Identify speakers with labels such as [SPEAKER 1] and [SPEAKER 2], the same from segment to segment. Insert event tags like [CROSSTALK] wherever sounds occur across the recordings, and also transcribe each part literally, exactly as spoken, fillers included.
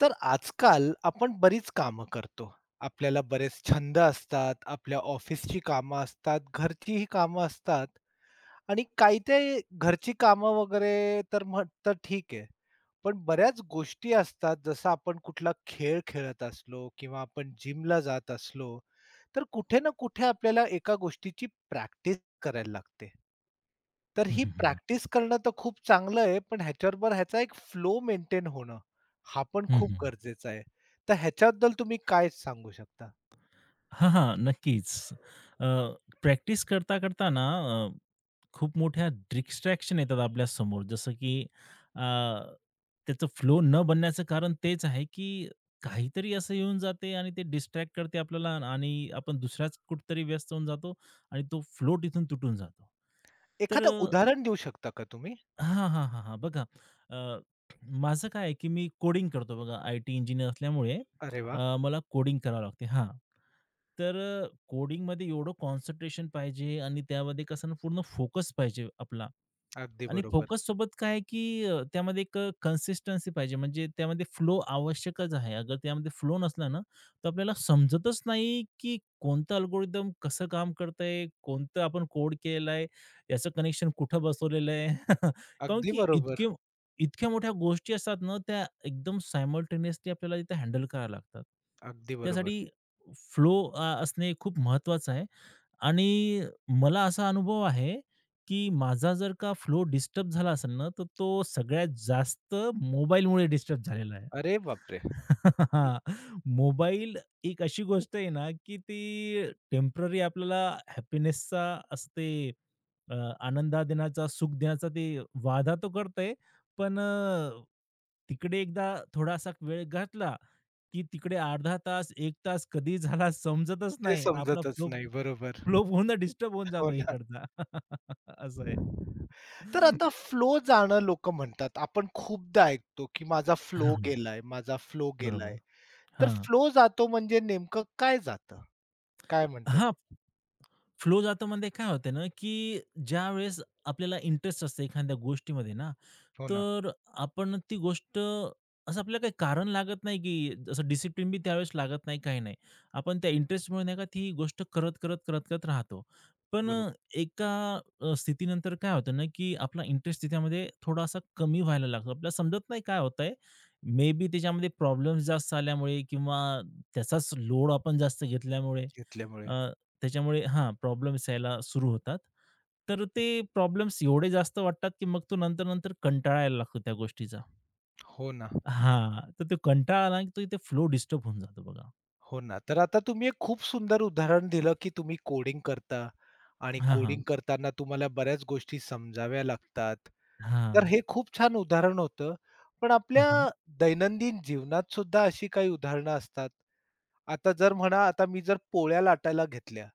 [SPEAKER 1] तर आजकाल आपण बरीच कामं करतो. आपल्याला बरेच छंद असतात, आपल्या ऑफिसची कामं असतात, घरचीही कामं असतात. आणि काही ते घरची कामं वगैरे तर म्हण तर ठीक आहे. पण बऱ्याच गोष्टी असतात जसं आपण कुठला खेळ खेळत असलो किंवा आपण जिमला जात असलो, तर कुठे ना कुठे आपल्याला एका गोष्टीची प्रॅक्टिस करायला लागते. तर
[SPEAKER 2] हं,
[SPEAKER 1] ही
[SPEAKER 2] हं, हं.
[SPEAKER 1] प्रॅक्टिस करणं तर खूप चांगलं आहे, पण ह्याच्याबरोबर ह्याचा एक फ्लो मेंटेन होणं, हा पण
[SPEAKER 2] हं,
[SPEAKER 1] खूप
[SPEAKER 2] हं.
[SPEAKER 1] गरजेचा आहे. तर ह्याच्याबद्दल तुम्ही काय सांगू शकता?
[SPEAKER 2] हां, हां. नक्कीच. प्रॅक्टिस करता, करता ना, अ, खूप मोठ्या डिस्ट्रॅक्शन येतात आपल्या समोर. जसं की, अ, त्याचं फ्लो न बनण्याचं कारण तेच आहे, की काहीतरी असं येऊन जाते आणि ते डिस्ट्रॅक्ट करते आपल्याला आणि आपण दुसऱ्याच कुठेतरी व्यस्त होऊन जातो आणि तो फ्लो तिथून तुटून जातो. तर
[SPEAKER 1] एखादं
[SPEAKER 2] अ
[SPEAKER 1] उदाहरण देऊ शकता का तुम्ही?
[SPEAKER 2] हां, हां, हां, हां. बघा, अ, माझं काय आहे, की मी कोडिंग करतो बघा. आय-टी इंजिनियर असल्यामुळे
[SPEAKER 1] अरे वाह!
[SPEAKER 2] अ, मला कोडिंग करावं लागते. हां. तर अ, कोडिंगमध्ये एवढं कॉन्सन्ट्रेशन पाहिजे आणि त्यामध्ये कसं ना पूर्ण फोकस पाहिजे आपला.
[SPEAKER 1] अगदी
[SPEAKER 2] आणि
[SPEAKER 1] बरोबर.
[SPEAKER 2] फोकस सोबत काय आहे, की अ, त्यामध्ये एक अ, कन्सिस्टन्सी पाहिजे. म्हणजे त्यामध्ये फ्लो आवश्यकच आहे. अगर त्यामध्ये फ्लो नसला ना, तर आपल्याला समजतच नाही, की कोणतं अल्गोरिदम कसं काम करतंय, कोणतं आपण कोड केलेलं आहे, याचं कनेक्शन कुठं बसवलेलं आहे. [LAUGHS] कारण
[SPEAKER 1] अगदी
[SPEAKER 2] की
[SPEAKER 1] बरोबर.
[SPEAKER 2] इतके इतक्या मोठ्या गोष्टी असतात ना, त्या एकदम सायमल्टेनियसली आपल्याला इथे हँडल कराव्या लागतात.
[SPEAKER 1] अगदी बरोबर.
[SPEAKER 2] त्यासाठी फ्लो असणे खूप महत्त्वाचं आहे आणि मला असा अनुभव आहे की माझा जर का फ्लो डिस्टर्ब झाला असेल ना, तर तो सगळ्यात जास्त मोबाईलमुळे डिस्टर्ब झालेला आहे.
[SPEAKER 1] अरे बापरे!
[SPEAKER 2] [LAUGHS] मोबाईल एक अशी गोष्ट आहे ना, की ती टेम्पररी आपल्याला हॅपीनेसचा असं ते, अ, आनंद देण्याचा, सुख देण्याचा ते वाधा तो करते, पण अ, तिकडे एकदा थोडासा वेळ घातला, की तिकडे अर्धा तास, एक तास कधी झाला समजतच
[SPEAKER 1] ते
[SPEAKER 2] नाही. आणि आपला
[SPEAKER 1] समजतच
[SPEAKER 2] फ्लो,
[SPEAKER 1] नाही. बरोबर.
[SPEAKER 2] फ्लो पूर्ण डिस्टर्ब होऊन
[SPEAKER 1] हो
[SPEAKER 2] जातो
[SPEAKER 1] ना.
[SPEAKER 2] इकडचा. [LAUGHS] असं आहे.
[SPEAKER 1] तर आता फ्लो जाणं लोकं म्हणतात. आपण खूपदा ऐकतो, की माझा फ्लो
[SPEAKER 2] हां, हां.
[SPEAKER 1] गेलाय, माझा फ्लो
[SPEAKER 2] बरोबर.
[SPEAKER 1] गेलाय. तर
[SPEAKER 2] हां.
[SPEAKER 1] फ्लो जातो म्हणजे नेमकं काय जातं? काय म्हणता
[SPEAKER 2] हां,
[SPEAKER 1] तुम्ही?
[SPEAKER 2] फ्लो जातं म्हणजे काय होतं ना, की ज्यावेळेस आपल्याला इंटरेस्ट असतो एखाद्या गोष्टीमध्ये ना,
[SPEAKER 1] हो ना.
[SPEAKER 2] तर आपण ती गोष्ट, असं आपल्याला काही कारण लागत नाही, की जसं डिसिप्लिन बी त्यावेळेस लागत नाही, काही नाही. आपण त्या इंटरेस्टमुळे नाही का ती गोष्ट करत, करत, करत, करत राहतो. पण अ,
[SPEAKER 1] बरोबर.
[SPEAKER 2] एका अ, स्थितीनंतर काय होतं ना, की आपला इंटरेस्ट त्याच्यामध्ये थोडासा कमी व्हायला लागतो. आपल्याला समजत नाही काय होतंय. मे बी त्याच्यामध्ये प्रॉब्लेम्स जास्त आल्यामुळे किंवा त्याचाच लोड आपण जास्त घेतल्यामुळे,
[SPEAKER 1] घेतल्यामुळे.
[SPEAKER 2] अ, त्याच्यामुळे हां, प्रॉब्लेम्स यायला सुरू होतात. तर ते प्रॉब्लेम्स एवढे जास्त वाटतात, की मग तो नंतर-नंतर कंटाळायला लागतो त्या गोष्टीचा.
[SPEAKER 1] हो ना.
[SPEAKER 2] हां, तर तो कंटाळा आला, की तो इथे फ्लो डिस्टर्ब होऊन जातो बघा.
[SPEAKER 1] हो ना. तर आता तुम्ही एक खूप सुंदर उदाहरण दिलं, की तुम्ही कोडिंग करता आणि
[SPEAKER 2] हां,
[SPEAKER 1] कोडिंग
[SPEAKER 2] हां.
[SPEAKER 1] करताना तुम्हाला बऱ्याच गोष्टी समजाव्या लागतात. तर
[SPEAKER 2] हां.
[SPEAKER 1] हे खूप छान उदाहरण होतं. पण
[SPEAKER 2] हां,
[SPEAKER 1] आपल्या
[SPEAKER 2] हां.
[SPEAKER 1] दैनंदिन जीवनात सुद्धा अशी काही उदाहरणं असतात. आता जर म्हणा, आता मी जर पोळ्या लाटायला घेतल्या,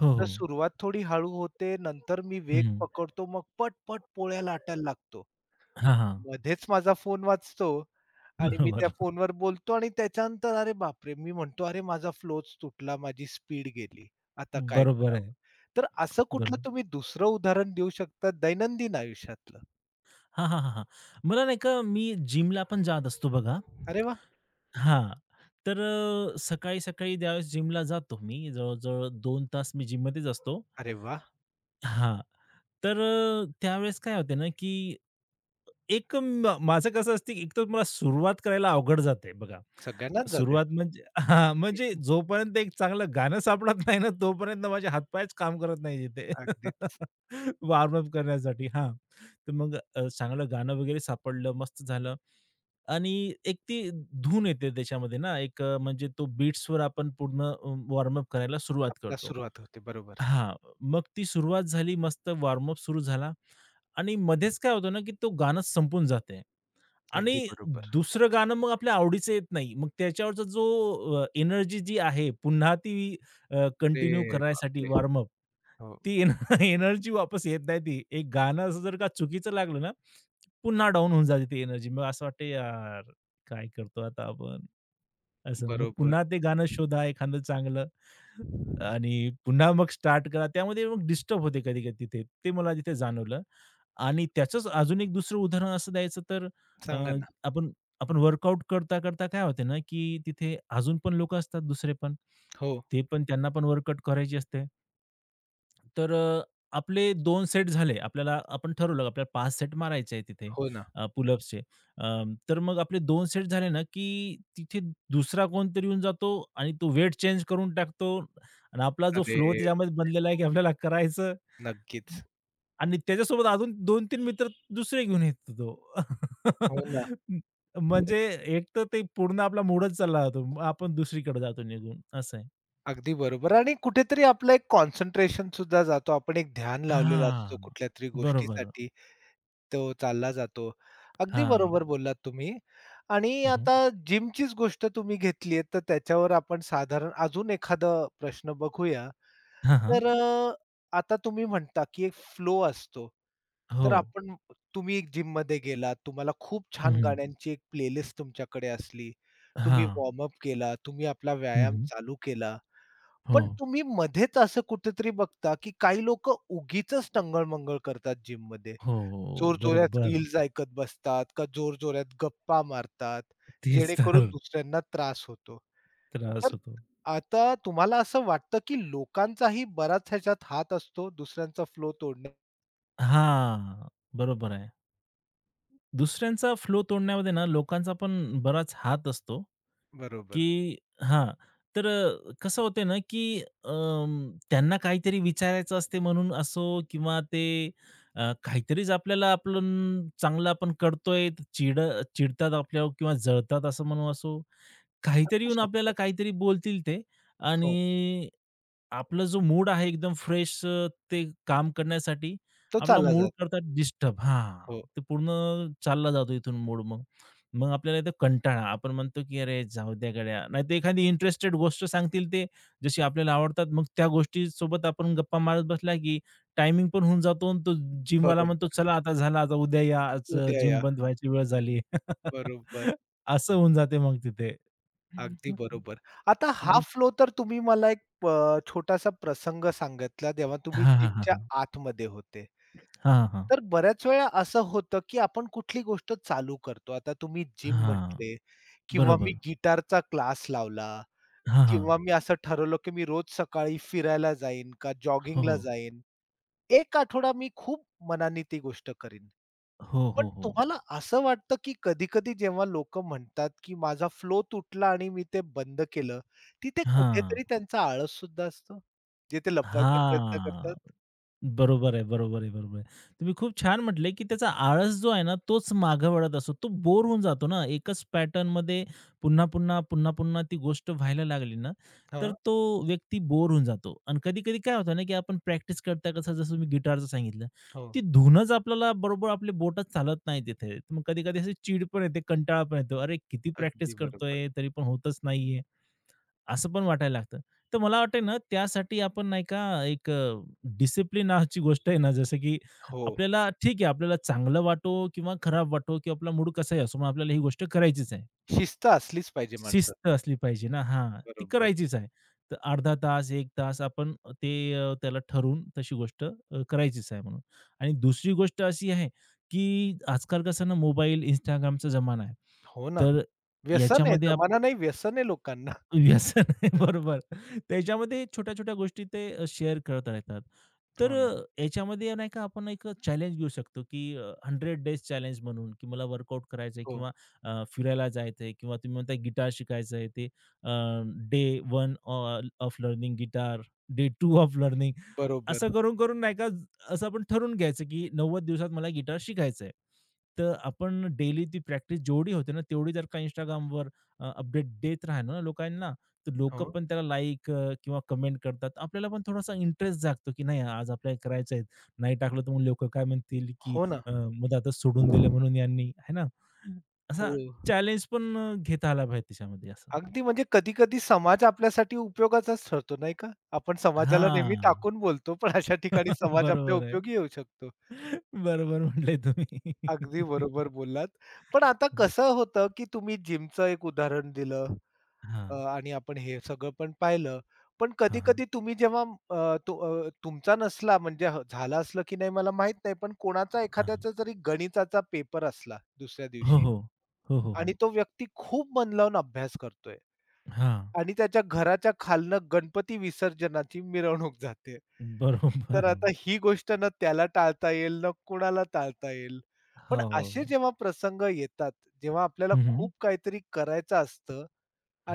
[SPEAKER 2] हो,
[SPEAKER 1] तर
[SPEAKER 2] हो.
[SPEAKER 1] सुरुवात थोडी हळू होते, नंतर मी वेग
[SPEAKER 2] हं.
[SPEAKER 1] पकडतो, मग पट-पट पोळ्या लाटायला लागतो.
[SPEAKER 2] हां, हां.
[SPEAKER 1] मध्येच माझा फोन वाजतो आणि मी त्या
[SPEAKER 2] बरोबर.
[SPEAKER 1] फोनवर बोलतो आणि त्याच्यानंतर अरे बापरे! मी म्हणतो, "अरे माझा फ्लोच तुटला, माझी स्पीड गेली. आता काय
[SPEAKER 2] बरोबर
[SPEAKER 1] करावं?"
[SPEAKER 2] आहे.
[SPEAKER 1] तर असं कुठलं
[SPEAKER 2] बरोबर.
[SPEAKER 1] तुम्ही दुसरं उदाहरण देऊ शकता दैनंदिन आयुष्यातलं?
[SPEAKER 2] हां, हां, हां, हां. मला नाही का मी जिमला पण जात असतो बघा.
[SPEAKER 1] अरे वाह!
[SPEAKER 2] हां. तर अ, सकाळी-सकाळी त्यावेळेस जिमला जातो मी. जवळ-जवळ दोन तास मी जिममध्येच असतो.
[SPEAKER 1] अरे वाह!
[SPEAKER 2] हां. तर अ, त्यावेळेस काय होते ना, की एक म माझं कसं असतं, एक तर मला सुरुवात करायला अवघड जाते बघा.
[SPEAKER 1] सगळ्यांनाच जाते.
[SPEAKER 2] सुरुवात म्हणजे हां, म्हणजे जोपर्यंत एक चांगलं गाणं सापडत नाही ना, तोपर्यंत माझे हातपायच काम करत नाही तिथे.
[SPEAKER 1] अगदीच.
[SPEAKER 2] [LAUGHS] वॉर्म अप करण्यासाठी हां. तर मग अ, चांगलं गाणं वगैरे सापडलं, मस्त झालं आणि एक ती धून येते त्याच्यामध्ये ना, एक अ, म्हणजे तो बीट्सवर आपण पूर्ण अ, करायला सुरुवात
[SPEAKER 1] आपल्याला
[SPEAKER 2] करतो.
[SPEAKER 1] सुरुवात होते. बरोबर.
[SPEAKER 2] हां, मग ती सुरुवात झाली, मस्त वॉर्म सुरू झाला आणि मध्येच काय होतं ना, की तो गाणं संपून जाते.
[SPEAKER 1] अगदी
[SPEAKER 2] आणि
[SPEAKER 1] बरोबर.
[SPEAKER 2] दुसरं गाणं मग आपल्या आवडीचं येत नाही. मग त्याच्यावरचा जो एनर्जी जी आहे पुन्हा ती अ, कंटिन्यू
[SPEAKER 1] अरे
[SPEAKER 2] करायसाठी
[SPEAKER 1] बापरे!
[SPEAKER 2] वॉर्मअप,
[SPEAKER 1] हो.
[SPEAKER 2] ती एनर्जी [LAUGHS] वापस येत नाही ती. एक गाणं असं जर का चुकीचं लागलं ना, पुन्हा डाउन होऊन जाते ती एनर्जी. मग असं वाटतं यार, काय करतो आता आपण? असं मग
[SPEAKER 1] बरोबर.
[SPEAKER 2] पुन्हा ते गाणं शोधा एखादं चांगलं आणि पुन्हा मग स्टार्ट करा. त्यामध्ये मग डिस्टर्ब होते कधी-कधी तिथे. ते मला तिथे जाणवलं. आणि त्याचंच अजून एक दुसरं उदाहरण असं द्यायचं तर, अ,
[SPEAKER 1] सांगा ना.
[SPEAKER 2] आपण आपण वर्कआउट करता, करता काय होते ना, की तिथे अजून पण लोकं असतात दुसरे पण.
[SPEAKER 1] हो.
[SPEAKER 2] ते पण त्यांना पण वर्कआउट करायची असते. तर अ, आपले दोन सेट झाले. आपल्याला आपण ठरवलं आपल्याला पाच सेट मारायचे आहे तिथे
[SPEAKER 1] हो ना.
[SPEAKER 2] पुलअप्सचे. तर मग आपले दोन सेट झाले ना, की तिथे दुसरा कोणतरी येऊन जातो आणि तो वेट चेंज करून टाकतो आणि आपला जो
[SPEAKER 1] अरे!
[SPEAKER 2] फ्लो त्याच्यामध्ये बनलेला आहे, की आपल्याला करायचं
[SPEAKER 1] नक्कीच.
[SPEAKER 2] आणि त्याच्यासोबत अजून दोन-तीन मित्र दुसरे घेऊन येतो तो.
[SPEAKER 1] हो ना.
[SPEAKER 2] [LAUGHS] म म्हणजे एक तर ते पूर्ण आपला मूडच चालला जातो. मग आपण दुसरीकडे जातो निघून असं आहे.
[SPEAKER 1] अगदी बरोबर आणि कुठेतरी आपलं एक कॉन्सन्ट्रेशन सुद्धा जातो. आपण एक ध्यान लावलेला असतो
[SPEAKER 2] हां.
[SPEAKER 1] कुठल्यातरी
[SPEAKER 2] बरोबर.
[SPEAKER 1] गोष्टीसाठी. तो चालला जातो. अगदी
[SPEAKER 2] हां.
[SPEAKER 1] बरोबर बोललात तुम्ही. आणि
[SPEAKER 2] हं, हं.
[SPEAKER 1] आता जिमचीच गोष्ट तुम्ही घेतलीये, तर त्याच्यावर आपण साधारण अजून एखादा प्रश्न बघूया.
[SPEAKER 2] हां,
[SPEAKER 1] तर अ, आता तुम्ही म्हणता, की एक फ्लो असतो.
[SPEAKER 2] हो.
[SPEAKER 1] तर आपण तुम्ही जिममध्ये गेलात, तुम्हाला खूप
[SPEAKER 2] हं,
[SPEAKER 1] छान
[SPEAKER 2] हं.
[SPEAKER 1] गाण्यांची एक प्लेलिस्ट तुमच्याकडे असली. तुम्ही
[SPEAKER 2] हां.
[SPEAKER 1] वॉर्म अप केला, तुम्ही आपला व्यायाम चालू केला.
[SPEAKER 2] हो.
[SPEAKER 1] पण तुम्ही मध्येच असं कुठेतरी बघता, की काही लोकं उगीचच टंगळ-मंगळ करतात जिममध्ये.
[SPEAKER 2] हो, हो.
[SPEAKER 1] जोरजोरात
[SPEAKER 2] बरोबर.
[SPEAKER 1] रील्स ऐकत बसतात का जोरजोरात गप्पा मारतात,
[SPEAKER 2] तेच
[SPEAKER 1] जेणेकरून
[SPEAKER 2] तर
[SPEAKER 1] दुसऱ्यांना त्रास होतो. तर
[SPEAKER 2] त्रास होतो.
[SPEAKER 1] आता तुम्हाला असं वाटतं, की लोकांचाही बराच ह्याच्यात हात असतो दुसऱ्यांचा फ्लो तोडण्यात?
[SPEAKER 2] हां. बरोबर आहे. दुसऱ्यांचा फ्लो तोडण्यामध्ये ना लोकांचा पण बराच हात असतो.
[SPEAKER 1] बरोबर.
[SPEAKER 2] की हां. तर अ, कसं होते ना, की अं, त्यांना काहीतरी विचारायचं असते म्हणून असो किंवा ते अ, काहीतरीच आपल्याला आपण चांगलं आपण करतोय, तर चिड चिडतात आपल्यावर किंवा जळतात असं म्हणू असो. काहीतरी
[SPEAKER 1] असू
[SPEAKER 2] येऊन आपल्याला
[SPEAKER 1] शकतो.
[SPEAKER 2] काहीतरी बोलतील ते
[SPEAKER 1] हो,
[SPEAKER 2] आणि आपला जो मूड आहे एकदम फ्रेश ते काम करण्यासाठी,
[SPEAKER 1] तो
[SPEAKER 2] आपला
[SPEAKER 1] चालला
[SPEAKER 2] मूड
[SPEAKER 1] जातो.
[SPEAKER 2] करतात डिस्टर्ब हां,
[SPEAKER 1] हो,
[SPEAKER 2] ते पूर्ण चालला जातो इथून मूड मग. मग आपल्याला इथं कंटाळा. आपण म्हणतो की "अरे जाऊ द्या गड्या." नाहीतर एखादी इंटरेस्टेड गोष्ट सांगतील ते, जशी आपल्याला आवडतात. मग त्या गोष्टीसोबत आपण गप्पा मारत बसला की टायमिंग पण होऊन जातो आणि तो जिमवाला म्हणतो,
[SPEAKER 1] बरोबर.
[SPEAKER 2] "चला आता झालं, आता उद्या या. आज
[SPEAKER 1] उद्या
[SPEAKER 2] जिम
[SPEAKER 1] या.
[SPEAKER 2] बंद व्हायची वेळ झाली."
[SPEAKER 1] बरोबर.
[SPEAKER 2] [LAUGHS] असं होऊन जाते मग तिथे.
[SPEAKER 1] अगदी बरोबर. आता हा
[SPEAKER 2] मग
[SPEAKER 1] फ्लो तर तुम्ही मला एक अ, छोटासा प्रसंग सांगितला जेव्हा तुम्ही
[SPEAKER 2] हां, हां, हां,
[SPEAKER 1] जिमच्या
[SPEAKER 2] हां.
[SPEAKER 1] आतमध्ये होते.
[SPEAKER 2] हां, हां.
[SPEAKER 1] तर बऱ्याच वेळा असं होतं, की आपण कुठली गोष्ट चालू करतो. आता तुम्ही जिम
[SPEAKER 2] हां.
[SPEAKER 1] म्हटले किंवा मी
[SPEAKER 2] बरोबर.
[SPEAKER 1] गिटारचा क्लास लावला
[SPEAKER 2] हां, हां.
[SPEAKER 1] किंवा मी असं ठरवलं, की मी रोज सकाळी फिरायला जाईन का
[SPEAKER 2] हो,
[SPEAKER 1] जॉगिंगला जाईन. एक आठवडा मी खूप मनाने ती गोष्ट करीन.
[SPEAKER 2] हो, हो,
[SPEAKER 1] पण
[SPEAKER 2] हो. हो.
[SPEAKER 1] तुम्हाला असं वाटतं, की कधी-कधी जेव्हा लोक म्हणतात, की माझा फ्लो तुटला आणि मी ते बंद केलं, तिथे
[SPEAKER 2] हां,
[SPEAKER 1] कुठेतरी त्यांचा आळससुद्धा असतो, जे ते लपवायचा प्रयत्न
[SPEAKER 2] हां.
[SPEAKER 1] करतात?
[SPEAKER 2] बरोबर आहे, बरोबर आहे, बरोबर आहे. तुम्ही खूप छान म्हटले, की त्याचा आळस जो आहे ना, तोच मागं वळत असतो. तो बोर होऊन जातो ना, एकच पॅटर्नमध्ये पुन्हा-पुन्हा, पुन्हा-पुन्हा ती गोष्ट व्हायला लागली ना, तर
[SPEAKER 1] हां.
[SPEAKER 2] तो व्यक्ती बोर होऊन जातो. आणि कधी-कधी काय होतं ना, की आपण प्रॅक्टिस करता कसं, जसं मी गिटारचं सांगितलं,
[SPEAKER 1] हो,
[SPEAKER 2] ती धूनच आपल्याला बरोबर आपली बोटं चालत नाही तिथे. मग कधी-कधी अशी चीड पण येते, कंटाळा पण येतो. अरे, किती
[SPEAKER 1] अगदी
[SPEAKER 2] प्रॅक्टिस
[SPEAKER 1] बरोबर.
[SPEAKER 2] करतोय, तरी पण होतच नाहीये. असं पण वाटायला लागतं. तर मला वाटतंय ना, त्यासाठी आपण नाही का एक, अ, डिसिप्लिन नावाची गोष्ट आहे ना, जसं की
[SPEAKER 1] हो,
[SPEAKER 2] आपल्याला ठीक आहे, आपल्याला चांगलं वाटो किंवा खराब वाटो किंवा आपला मूड कसाही असो, मग आपल्याला ही गोष्ट करायचीच आहे.
[SPEAKER 1] शिस्त असलीच पाहिजे
[SPEAKER 2] शिस्त
[SPEAKER 1] माणसात.
[SPEAKER 2] असली पाहिजे ना हां, ती
[SPEAKER 1] बरोबर.
[SPEAKER 2] करायचीच आहे. तर अर्धा तास, एक तास आपण ते, अ, त्याला ठरवून तशी गोष्ट अ, करायचीच आहे म्हणून. आणि दुसरी गोष्ट अशी आहे, की आजकाल कसं ना मोबाईल, Instagramचा जमाना आहे.
[SPEAKER 1] हो ना.
[SPEAKER 2] तर
[SPEAKER 1] व्यसन आहे,
[SPEAKER 2] याच्यामध्ये
[SPEAKER 1] जमाना नाही व्यसन आहे लोकांना.
[SPEAKER 2] व्यसन आहे. [LAUGHS] बरोबर. त्याच्यामध्ये छोट्या-छोट्या गोष्टी ते शेअर करत राहतात. तर
[SPEAKER 1] हो ना.
[SPEAKER 2] अ, याच्यामध्ये नाही का आपण एक चॅलेंज घेऊ शकतो, की अ, शंभर डेज चॅलेंज म्हणून, की मला वर्कआउट करायचंय
[SPEAKER 1] हो,
[SPEAKER 2] किंवा अ, फिरायला जायचंय किंवा तुम्ही म्हणताय गिटार शिकायचं आहे ते day one uh of learning guitar, day two of learning,
[SPEAKER 1] बरोबर.
[SPEAKER 2] असं करून, करून नाही का, असं आपण ठरवून घ्यायचं, की नव्वद दिवसात मला गिटार शिकायचं आहे. तर आपण डेली ती प्रॅक्टिस जेवढी होते ना, तेवढी जर का Instagramवर अ, अपडेट देत राहिलो ना लोकांना, तर लोकं
[SPEAKER 1] हो.
[SPEAKER 2] पण त्याला लाईक अ, किंवा कमेंट करतात. आपल्याला पण थोडासा इंटरेस्ट जागतो, की नाही आज आपल्याला करायचं आहे. नाही टाकलं तर मग लोकं काय म्हणतील, की
[SPEAKER 1] हो ना.
[SPEAKER 2] अ, मग आता सोडून दिलं म्हणून यांनी, है ना?
[SPEAKER 1] हो.
[SPEAKER 2] असा चॅलेंज पण अ, घेता आला पाहिजे त्याच्यामध्ये असं.
[SPEAKER 1] अगदी म्हणजे कधी-कधी समाज आपल्यासाठी उपयोगाचाच ठरतो नाही का? आपण हं. समाजाला नेहमी
[SPEAKER 2] हां.
[SPEAKER 1] टाकून बोलतो, पण अशा ठिकाणी
[SPEAKER 2] [LAUGHS]
[SPEAKER 1] समाज आपल्या
[SPEAKER 2] बरोबर आहे.
[SPEAKER 1] उपयोगी येऊ शकतो.
[SPEAKER 2] बरोबर म्हटले तुम्ही.
[SPEAKER 1] अगदी
[SPEAKER 2] [LAUGHS]
[SPEAKER 1] बरोबर बोललात. पण आता
[SPEAKER 2] हं.
[SPEAKER 1] कसं होतं, की तुम्ही जिमचं एक उदाहरण दिलं
[SPEAKER 2] हां.
[SPEAKER 1] अ, आणि आपण हे सगळं पण पाहिलं. पण
[SPEAKER 2] हां, हां.
[SPEAKER 1] कधी-कधी तुम्ही जेव्हा अ, तु अ, तुमचा नसला म्हणजे झालं असलं की नाही मला माहीत नाही, पण कोणाचा
[SPEAKER 2] हां, हां.
[SPEAKER 1] एखाद्याचा जरी गणिताचा पेपर असला दुसऱ्या
[SPEAKER 2] हो,
[SPEAKER 1] दिवशी
[SPEAKER 2] हो. हो, हो,
[SPEAKER 1] आणि
[SPEAKER 2] हो.
[SPEAKER 1] तो व्यक्ती खूप मन लावून अभ्यास करतोय.
[SPEAKER 2] हां.
[SPEAKER 1] आणि त्याच्या घराच्या खालनं गणपती विसर्जनाची मिरवणूक जाते.
[SPEAKER 2] बरोबर.
[SPEAKER 1] तर आता ही गोष्ट ना त्याला टाळता येईल, ना कुणाला टाळता येईल.
[SPEAKER 2] हो,
[SPEAKER 1] पण
[SPEAKER 2] हो,
[SPEAKER 1] असे
[SPEAKER 2] हो.
[SPEAKER 1] जेव्हा प्रसंग येतात, जेव्हा आपल्याला
[SPEAKER 2] हं, हं.
[SPEAKER 1] खूप काहीतरी करायचं असतं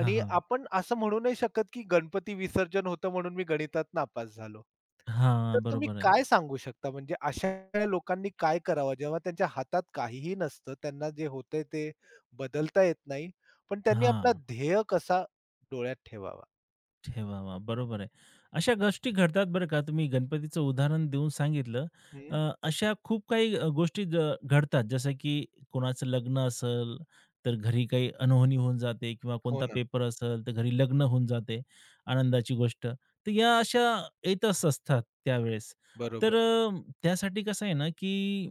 [SPEAKER 2] हां, हां.
[SPEAKER 1] आपण असं म्हणू नाही शकत, की गणपती विसर्जन होतं म्हणून मी गणितात नापास झालो. तर
[SPEAKER 2] हां,
[SPEAKER 1] तुम्ही
[SPEAKER 2] बरोबर आहे.
[SPEAKER 1] काय सांगू शकता म्हणजे अशा लोकांनी काय करावं जेव्हा त्यांच्या हातात काहीही नसतं, त्यांना जे होतंय ते बदलता येत नाही, पण त्यांनी आपला
[SPEAKER 2] हां.
[SPEAKER 1] ध्येय कसा डोळ्यात ठेवावा?
[SPEAKER 2] ठेवावा. बरोबर आहे. अशा गोष्टी घडतात बरं का. तुम्ही गणपतीचं उदाहरण देऊन सांगितलं.
[SPEAKER 1] हं,
[SPEAKER 2] अ, अशा खूप काही अ, गोष्टी ज घडतात. जसं की कोणाचं लग्न असेल, तर घरी काही अनहोनी होऊन जाते किंवा
[SPEAKER 1] हो
[SPEAKER 2] कोणता
[SPEAKER 1] ना.
[SPEAKER 2] पेपर असेल, तर घरी लग्न होऊन जाते, आनंदाची गोष्ट. तर या अशा येतच असतात त्यावेळेस. तर
[SPEAKER 1] बरोबर.
[SPEAKER 2] अ, त्यासाठी कसं आहे ना, की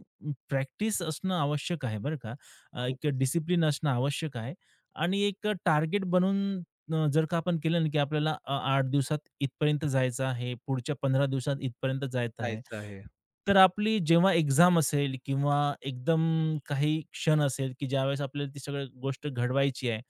[SPEAKER 2] प्रॅक्टिस असणं आवश्यक आहे बरं का. अ, एक
[SPEAKER 1] खूपच
[SPEAKER 2] डिसिप्लिन असणं आवश्यक आहे आणि एक टार्गेट बनवून अ, जर का आपण केलं ना, की आपल्याला अ, आठ दिवसात इथपर्यंत जायचं आहे, पुढच्या पंधरा दिवसात इथपर्यंत जायचं आहे.
[SPEAKER 1] जायचं आहे.
[SPEAKER 2] तर आपली जेव्हा एक्झाम असेल किंवा एकदम काही क्षण असेल, की ज्यावेळेस आपल्याला ती सगळी गोष्ट घडवायची आहे.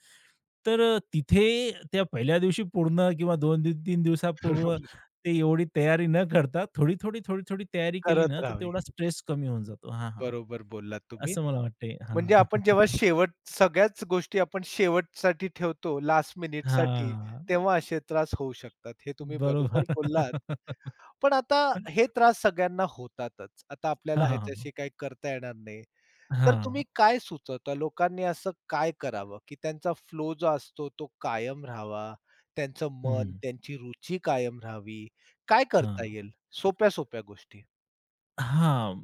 [SPEAKER 2] तर तिथे त्या पहिल्या दिवशी पूर्ण किंवा दोन-तीन
[SPEAKER 1] [LAUGHS]
[SPEAKER 2] दिवसापूर्व
[SPEAKER 1] बरोबर.
[SPEAKER 2] ते एवढी तयारी न करता थोडी-थोडी, थोडी-थोडी तयारी केली
[SPEAKER 1] करत
[SPEAKER 2] ना, तर
[SPEAKER 1] राहावी.
[SPEAKER 2] तेवढा स्ट्रेस कमी होऊन जातो. हां, हां.
[SPEAKER 1] बरोबर बोललात तुम्ही.
[SPEAKER 2] असं मला वाटतंय. हां.
[SPEAKER 1] म्हणजे आपण जेव्हा शेवट सगळ्याच गोष्टी आपण शेवटसाठी ठेवतो, लास्ट मिनिटसाठी,
[SPEAKER 2] हां. [LAUGHS]
[SPEAKER 1] तेव्हा असे त्रास होऊ शकतात. हे तुम्ही बरोबर
[SPEAKER 2] बरोबर.
[SPEAKER 1] बोललात. पण आता हे त्रास सगळ्यांना होतातच. आता
[SPEAKER 2] [LAUGHS]
[SPEAKER 1] आपल्याला
[SPEAKER 2] हां, हां,
[SPEAKER 1] ह्याच्याशी
[SPEAKER 2] हां.
[SPEAKER 1] काही करता येणार नाही. तर तुम्ही
[SPEAKER 2] हां.
[SPEAKER 1] काय सुचवता? लोकांनी असं काय करावं, की त्यांचा फ्लो जो असतो तो कायम राहावा, त्यांचं
[SPEAKER 2] हं,
[SPEAKER 1] मन, त्यांची रुची कायम राहावी? काय करता
[SPEAKER 2] हां.
[SPEAKER 1] येईल सोप्या-सोप्या गोष्टी?
[SPEAKER 2] हां.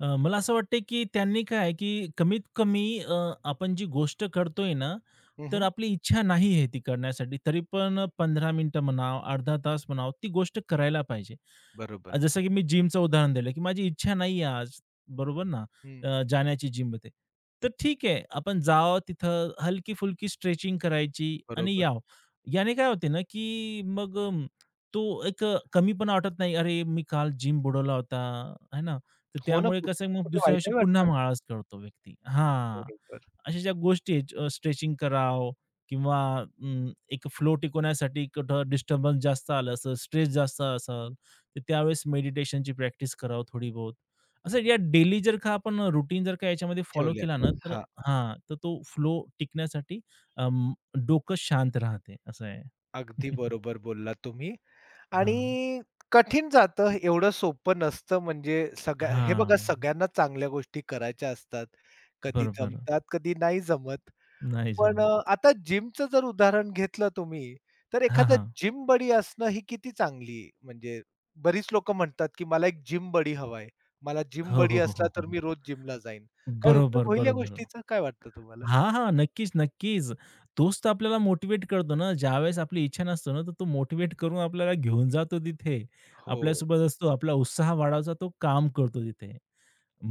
[SPEAKER 2] अ, मला असं वाटतंय, की त्यांनी काय आहे, की कमीत कमी अ, आपण जी गोष्ट करतोय ना, तर
[SPEAKER 1] हं,
[SPEAKER 2] आपली इच्छा नाही आहे ती करण्यासाठी, तरी पण पंधरा मिनिटं म्हणा, अर्धा तास म्हणा, ती गोष्ट करायला पाहिजे. अ,
[SPEAKER 1] बरोबर.
[SPEAKER 2] जसं की मी जिमचं उदाहरण दिलं, की माझी इच्छा नाही आहे आज, बरोबर ना,
[SPEAKER 1] हं,
[SPEAKER 2] अ, जाण्याची जिममध्ये. तर ठीक आहे, आपण जावं तिथं, हलकी-फुलकी स्ट्रेचिंग करायची आणि
[SPEAKER 1] बरोबर.
[SPEAKER 2] यावं. याने काय होते ना, की मग तो एक, अ, कमीपणा वाटत नाही. अरे, मी काल जिम बुडवला होता, है ना? तर
[SPEAKER 1] हो ना,
[SPEAKER 2] त्यामुळे कसं आहे मग
[SPEAKER 1] कुठे
[SPEAKER 2] दुसऱ्या दिवशी
[SPEAKER 1] वाईटही
[SPEAKER 2] पुन्हा
[SPEAKER 1] वाटतं.
[SPEAKER 2] माळाच करतो व्यक्ती. हां,
[SPEAKER 1] बरोबर.
[SPEAKER 2] अशा ज्या गोष्टी आहेत, अ, स्ट्रेचिंग करावं किंवा अं, एक फ्लो टिकवण्यासाठी कुठं डिस्टर्बन्स जास्त आलं असेल, स्ट्रेस जास्त असेल, तर त्यावेळेस मेडिटेशनची प्रॅक्टिस करावं थोडी बहुत. असं या डेली जर का आपण रुटीन जर का याच्यामध्ये फॉलो
[SPEAKER 1] ठेवल्या.
[SPEAKER 2] केला ना, तर
[SPEAKER 1] हां,
[SPEAKER 2] हां, तर तो फ्लो टिकण्यासाठी अं, डोकं शांत राहते, असं आहे.
[SPEAKER 1] अगदी
[SPEAKER 2] [LAUGHS]
[SPEAKER 1] बरोबर बोललात तुम्ही आणि
[SPEAKER 2] हां.
[SPEAKER 1] कठीण जातं, एवढं सोपं नसतं म्हणजे सगळ्या हे बघा
[SPEAKER 2] हां,
[SPEAKER 1] सगळ्यांनाच चांगल्या गोष्टी करायच्या असतात. कधी
[SPEAKER 2] बरोबर.
[SPEAKER 1] जमतात, कधी नाही जमत.
[SPEAKER 2] नाही
[SPEAKER 1] पण अ,
[SPEAKER 2] जमत.
[SPEAKER 1] आता जिमचं जर उदाहरण घेतलं तुम्ही, तर
[SPEAKER 2] हां,
[SPEAKER 1] एखादा
[SPEAKER 2] हां.
[SPEAKER 1] जिम बडी असणं ही किती चांगली म्हणजे बरीच लोकं म्हणतात, की "मला एक जिम बडी हवाय. मला जिम
[SPEAKER 2] हो,
[SPEAKER 1] बडी
[SPEAKER 2] हो, हो,
[SPEAKER 1] असला
[SPEAKER 2] हो,
[SPEAKER 1] तर
[SPEAKER 2] हो.
[SPEAKER 1] मी रोज जिमला जाईन." काही उपयोग
[SPEAKER 2] बरोबर,
[SPEAKER 1] होईल या
[SPEAKER 2] बरोबर.
[SPEAKER 1] गोष्टीचा? काय वाटतं तुम्हाला?
[SPEAKER 2] हां, हां. नक्कीच, नक्कीच. तोच तर आपल्याला मोटिव्हेट करतो ना, ज्यावेळेस आपली इच्छा नसतो ना, तर तो मोटिव्हेट करून आपल्याला घेऊन जातो तिथे.
[SPEAKER 1] हो,
[SPEAKER 2] आपल्यासोबत असतो, आपला उत्साह वाढवायचा तो काम करतो तिथे.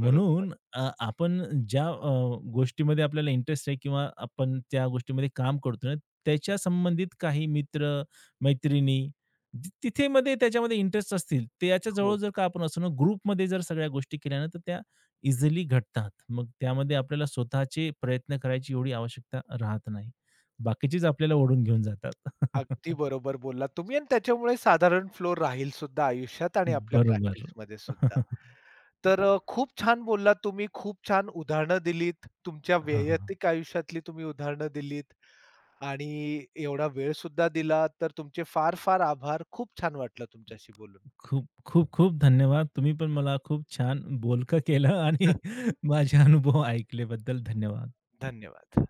[SPEAKER 1] बरोबर.
[SPEAKER 2] अ, आपण ज्या अ, गोष्टीमध्ये आपल्याला इंटरेस्ट आहे किंवा आपण त्या गोष्टीमध्ये काम करतोय ना, त्याच्या संबंधित काही मित्र, मैत्रिणी ति तिथे मध्ये त्याच्यामध्ये इंटरेस्ट असतील, त्याच्या
[SPEAKER 1] हो.
[SPEAKER 2] जवळ जर का आपण असू ना, ग्रुपमध्ये जर सगळ्या गोष्टी केल्या ना, तर त्या इझिली घडतात. मग त्यामध्ये आपल्याला स्वतःचे प्रयत्न करायची एवढी आवश्यकता राहत नाही. बाकीचेच आपल्याला ओढून घेऊन जातात.
[SPEAKER 1] अगदी
[SPEAKER 2] [LAUGHS]
[SPEAKER 1] बरोबर बोललात तुम्ही आणि त्याच्यामुळे साधारण फ्लो राहील सुद्धा आयुष्यात आणि आपल्या
[SPEAKER 2] बरोबर.
[SPEAKER 1] प्रॅक्टिसमध्ये सुद्धा.
[SPEAKER 2] [LAUGHS]
[SPEAKER 1] तर अ, खूप छान बोललात तुम्ही, खूप छान उदाहरणं दिलीत. तुमच्या
[SPEAKER 2] हां, हां.
[SPEAKER 1] वैयक्तिक आयुष्यातली तुम्ही उदाहरणं दिलीत आणि एवढा वेळ सुद्धा दिला. तर तुमचे फार-फार आभार. खूप छान वाटलं तुमच्याशी बोलून.
[SPEAKER 2] खूप, खूप, खूप धन्यवाद. तुम्ही पण मला खूप छान बोलकं केलं आणि
[SPEAKER 1] [LAUGHS]
[SPEAKER 2] [LAUGHS] माझे अनुभव ऐकल्याबद्दल धन्यवाद.
[SPEAKER 1] धन्यवाद.